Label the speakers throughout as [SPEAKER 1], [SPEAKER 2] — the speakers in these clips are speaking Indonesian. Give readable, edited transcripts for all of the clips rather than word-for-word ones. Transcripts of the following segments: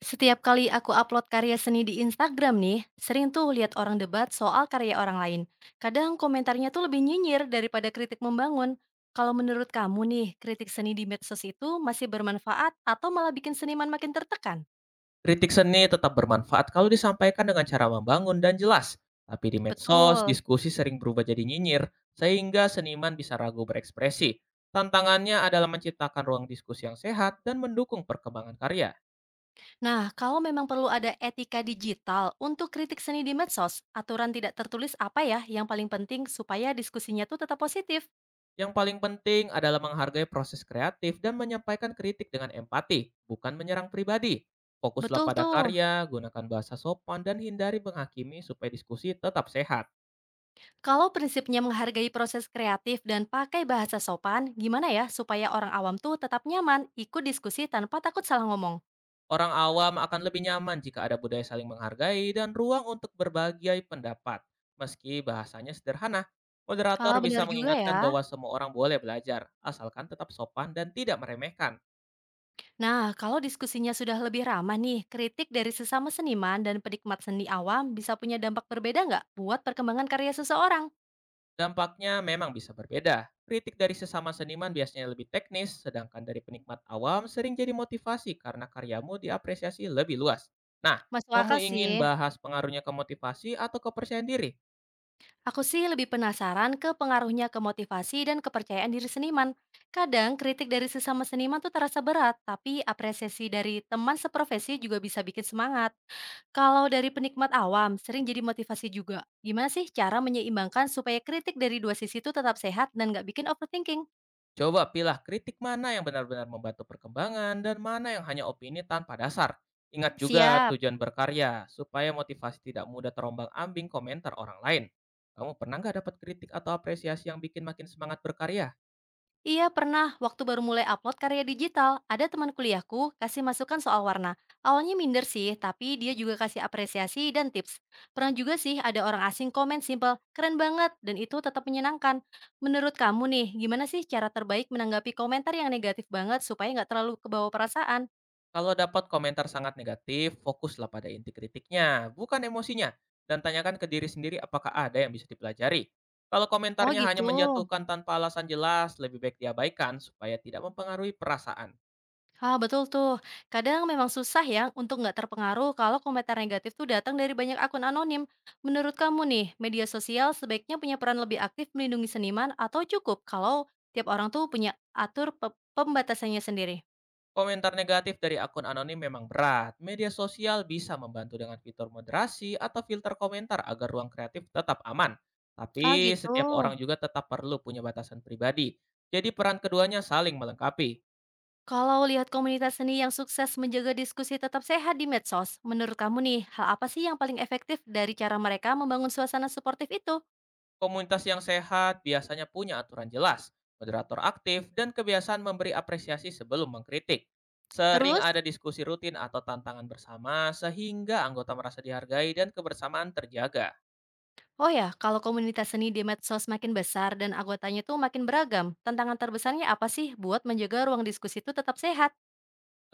[SPEAKER 1] Setiap kali aku upload karya seni di Instagram nih, sering tuh lihat orang debat soal karya orang lain. Kadang komentarnya tuh lebih nyinyir daripada kritik membangun. Kalau menurut kamu nih, kritik seni di medsos itu masih bermanfaat atau malah bikin seniman makin tertekan?
[SPEAKER 2] Kritik seni tetap bermanfaat kalau disampaikan dengan cara membangun dan jelas. Tapi di medsos,
[SPEAKER 1] Betul.
[SPEAKER 2] diskusi sering berubah jadi nyinyir, sehingga seniman bisa ragu berekspresi. Tantangannya adalah menciptakan ruang diskusi yang sehat dan mendukung perkembangan karya.
[SPEAKER 1] Nah, kalau memang perlu ada etika digital untuk kritik seni di medsos, aturan tidak tertulis apa ya yang paling penting supaya diskusinya tuh tetap positif?
[SPEAKER 2] Yang paling penting adalah menghargai proses kreatif dan menyampaikan kritik dengan empati, bukan menyerang pribadi. Fokuslah
[SPEAKER 1] Betul
[SPEAKER 2] pada
[SPEAKER 1] tuh.
[SPEAKER 2] karya, gunakan bahasa sopan, dan hindari menghakimi supaya diskusi tetap sehat.
[SPEAKER 1] Kalau prinsipnya menghargai proses kreatif dan pakai bahasa sopan, gimana ya supaya orang awam tuh tetap nyaman ikut diskusi tanpa takut salah ngomong?
[SPEAKER 2] Orang awam akan lebih nyaman jika ada budaya saling menghargai dan ruang untuk berbagai pendapat, meski bahasanya sederhana. Moderator
[SPEAKER 1] Ah,
[SPEAKER 2] bisa
[SPEAKER 1] benar juga ya.
[SPEAKER 2] mengingatkan bahwa semua orang boleh belajar, asalkan tetap sopan dan tidak meremehkan.
[SPEAKER 1] Nah, kalau diskusinya sudah lebih ramah nih, kritik dari sesama seniman dan penikmat seni awam bisa punya dampak berbeda nggak buat perkembangan karya seseorang?
[SPEAKER 2] Dampaknya memang bisa berbeda. Kritik dari sesama seniman biasanya lebih teknis, sedangkan dari penikmat awam sering jadi motivasi karena karyamu diapresiasi lebih luas. Nah,
[SPEAKER 1] Masuk akal
[SPEAKER 2] kamu ingin
[SPEAKER 1] sih.
[SPEAKER 2] bahas pengaruhnya ke motivasi atau kepercayaan diri?
[SPEAKER 1] Aku sih lebih penasaran ke pengaruhnya ke motivasi dan kepercayaan diri seniman. Kadang kritik dari sesama seniman tuh terasa berat, tapi apresiasi dari teman seprofesi juga bisa bikin semangat. Kalau dari penikmat awam, sering jadi motivasi juga. Gimana sih cara menyeimbangkan supaya kritik dari dua sisi itu tetap sehat dan nggak bikin overthinking?
[SPEAKER 2] Coba pilah kritik mana yang benar-benar membantu perkembangan dan mana yang hanya opini tanpa dasar. Ingat juga
[SPEAKER 1] Siap.
[SPEAKER 2] tujuan berkarya, supaya motivasi tidak mudah terombang-ambing komentar orang lain. Kamu pernah nggak dapat kritik atau apresiasi yang bikin makin semangat berkarya?
[SPEAKER 1] Iya pernah, waktu baru mulai upload karya digital, ada teman kuliahku kasih masukan soal warna. Awalnya minder sih, tapi dia juga kasih apresiasi dan tips. Pernah juga sih ada orang asing komen simple, keren banget, dan itu tetap menyenangkan. Menurut kamu nih, gimana sih cara terbaik menanggapi komentar yang negatif banget supaya nggak terlalu kebawa perasaan?
[SPEAKER 2] Kalau dapat komentar sangat negatif, fokuslah pada inti kritiknya, bukan emosinya. Dan tanyakan ke diri sendiri apakah ada yang bisa dipelajari. Kalau
[SPEAKER 1] Oh
[SPEAKER 2] komentarnya hanya
[SPEAKER 1] gitu.
[SPEAKER 2] menjatuhkan tanpa alasan jelas, lebih baik diabaikan supaya tidak mempengaruhi perasaan.
[SPEAKER 1] Ah, betul tuh. Kadang memang susah ya untuk nggak terpengaruh kalau komentar negatif tuh datang dari banyak akun anonim. Menurut kamu nih, media sosial sebaiknya punya peran lebih aktif melindungi seniman atau cukup kalau tiap orang tuh punya pembatasannya sendiri?
[SPEAKER 2] Komentar negatif dari akun anonim memang berat. Media sosial bisa membantu dengan fitur moderasi atau filter komentar agar ruang kreatif tetap aman.
[SPEAKER 1] Ah,
[SPEAKER 2] Tapi
[SPEAKER 1] gitu.
[SPEAKER 2] setiap orang juga tetap perlu punya batasan pribadi. Jadi peran keduanya saling melengkapi.
[SPEAKER 1] Kalau lihat komunitas seni yang sukses menjaga diskusi tetap sehat di medsos, menurut kamu nih, hal apa sih yang paling efektif dari cara mereka membangun suasana suportif itu?
[SPEAKER 2] Komunitas yang sehat biasanya punya aturan jelas, moderator aktif, dan kebiasaan memberi apresiasi sebelum mengkritik. Sering
[SPEAKER 1] Terus,
[SPEAKER 2] ada diskusi rutin atau tantangan bersama sehingga anggota merasa dihargai dan kebersamaan terjaga.
[SPEAKER 1] oh ya, kalau komunitas seni di medsos makin besar dan anggotanya tuh makin beragam, tantangan terbesarnya apa sih buat menjaga ruang diskusi itu tetap sehat?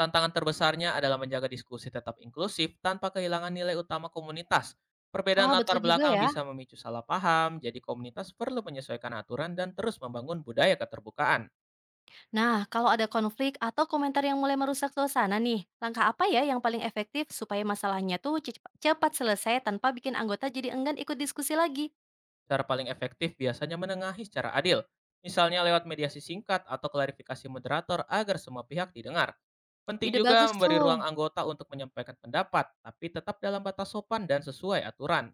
[SPEAKER 2] Tantangan terbesarnya adalah menjaga diskusi tetap inklusif tanpa kehilangan nilai utama komunitas. Perbedaan
[SPEAKER 1] Ah, betul
[SPEAKER 2] latar
[SPEAKER 1] juga
[SPEAKER 2] belakang
[SPEAKER 1] ya.
[SPEAKER 2] bisa memicu salah paham, jadi komunitas perlu menyesuaikan aturan dan terus membangun budaya keterbukaan.
[SPEAKER 1] Nah, kalau ada konflik atau komentar yang mulai merusak suasana nih, langkah apa ya yang paling efektif supaya masalahnya tuh cepat selesai tanpa bikin anggota jadi enggan ikut diskusi lagi?
[SPEAKER 2] Cara paling efektif biasanya menengahi secara adil, misalnya lewat mediasi singkat atau klarifikasi moderator agar semua pihak didengar. Penting
[SPEAKER 1] Ide
[SPEAKER 2] juga
[SPEAKER 1] bagus
[SPEAKER 2] memberi
[SPEAKER 1] tuh.
[SPEAKER 2] ruang anggota untuk menyampaikan pendapat, tapi tetap dalam batas sopan dan sesuai aturan.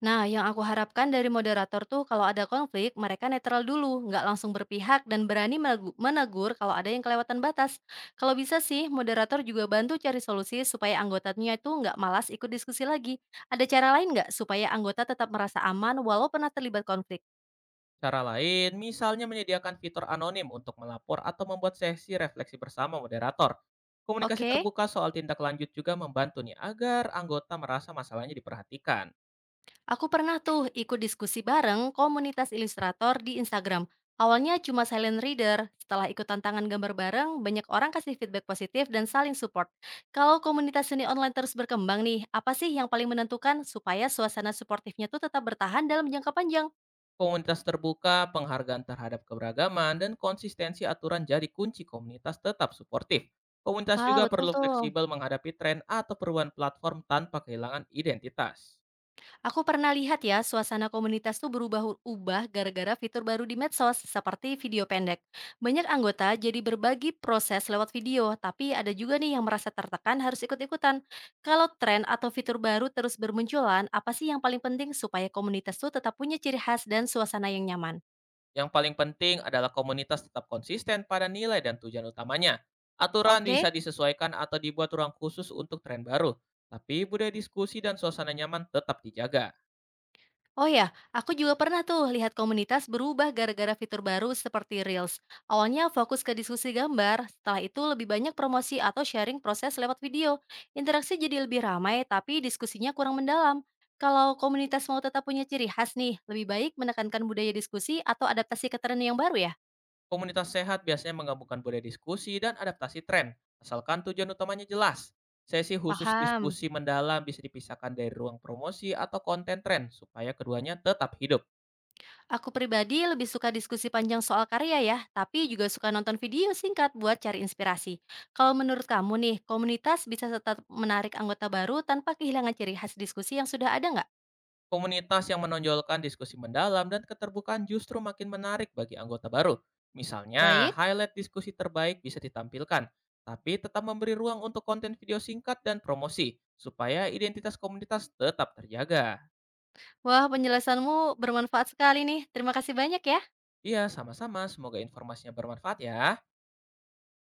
[SPEAKER 1] Nah, yang aku harapkan dari moderator tuh kalau ada konflik, mereka netral dulu, nggak langsung berpihak dan berani menegur kalau ada yang kelewatan batas. Kalau bisa sih, moderator juga bantu cari solusi supaya anggotanya itu nggak malas ikut diskusi lagi. Ada cara lain nggak supaya anggota tetap merasa aman walau pernah terlibat konflik?
[SPEAKER 2] Cara lain, misalnya menyediakan fitur anonim untuk melapor atau membuat sesi refleksi bersama moderator. Komunikasi
[SPEAKER 1] Oke?
[SPEAKER 2] terbuka soal tindak lanjut juga membantu nih agar anggota merasa masalahnya diperhatikan.
[SPEAKER 1] Aku pernah tuh ikut diskusi bareng komunitas ilustrator di Instagram. Awalnya cuma silent reader, setelah ikut tantangan gambar bareng, banyak orang kasih feedback positif dan saling support. Kalau komunitas seni online terus berkembang nih, apa sih yang paling menentukan supaya suasana suportifnya tuh tetap bertahan dalam jangka panjang?
[SPEAKER 2] Komunitas terbuka, penghargaan terhadap keberagaman, dan konsistensi aturan jadi kunci komunitas tetap suportif. Komunitas
[SPEAKER 1] Ah,
[SPEAKER 2] juga
[SPEAKER 1] betul
[SPEAKER 2] perlu
[SPEAKER 1] tuh.
[SPEAKER 2] fleksibel menghadapi tren atau perubahan platform tanpa kehilangan identitas.
[SPEAKER 1] Aku pernah lihat ya, suasana komunitas tuh berubah-ubah gara-gara fitur baru di medsos, seperti video pendek. Banyak anggota jadi berbagi proses lewat video, tapi ada juga nih yang merasa tertekan harus ikut-ikutan. Kalau tren atau fitur baru terus bermunculan, apa sih yang paling penting supaya komunitas tuh tetap punya ciri khas dan suasana yang nyaman?
[SPEAKER 2] Yang paling penting adalah komunitas tetap konsisten pada nilai dan tujuan utamanya. Aturan
[SPEAKER 1] Oke?
[SPEAKER 2] bisa disesuaikan atau dibuat ruang khusus untuk tren baru, tapi budaya diskusi dan suasana nyaman tetap dijaga.
[SPEAKER 1] Oh ya, aku juga pernah tuh lihat komunitas berubah gara-gara fitur baru seperti Reels. Awalnya fokus ke diskusi gambar, setelah itu lebih banyak promosi atau sharing proses lewat video. Interaksi jadi lebih ramai, tapi diskusinya kurang mendalam. Kalau komunitas mau tetap punya ciri khas nih, lebih baik menekankan budaya diskusi atau adaptasi ke tren yang baru ya?
[SPEAKER 2] Komunitas sehat biasanya menggabungkan budaya diskusi dan adaptasi tren, asalkan tujuan utamanya jelas. Sesi khusus
[SPEAKER 1] Paham.
[SPEAKER 2] diskusi mendalam bisa dipisahkan dari ruang promosi atau konten tren supaya keduanya tetap hidup.
[SPEAKER 1] Aku pribadi lebih suka diskusi panjang soal karya ya, tapi juga suka nonton video singkat buat cari inspirasi. Kalau menurut kamu nih, komunitas bisa tetap menarik anggota baru tanpa kehilangan ciri khas diskusi yang sudah ada nggak?
[SPEAKER 2] Komunitas yang menonjolkan diskusi mendalam dan keterbukaan justru makin menarik bagi anggota baru. Misalnya,
[SPEAKER 1] Baik.
[SPEAKER 2] highlight diskusi terbaik bisa ditampilkan, tapi tetap memberi ruang untuk konten video singkat dan promosi, supaya identitas komunitas tetap terjaga.
[SPEAKER 1] Wah, penjelasanmu bermanfaat sekali nih. Terima kasih banyak ya.
[SPEAKER 2] Iya, sama-sama. Semoga informasinya bermanfaat ya.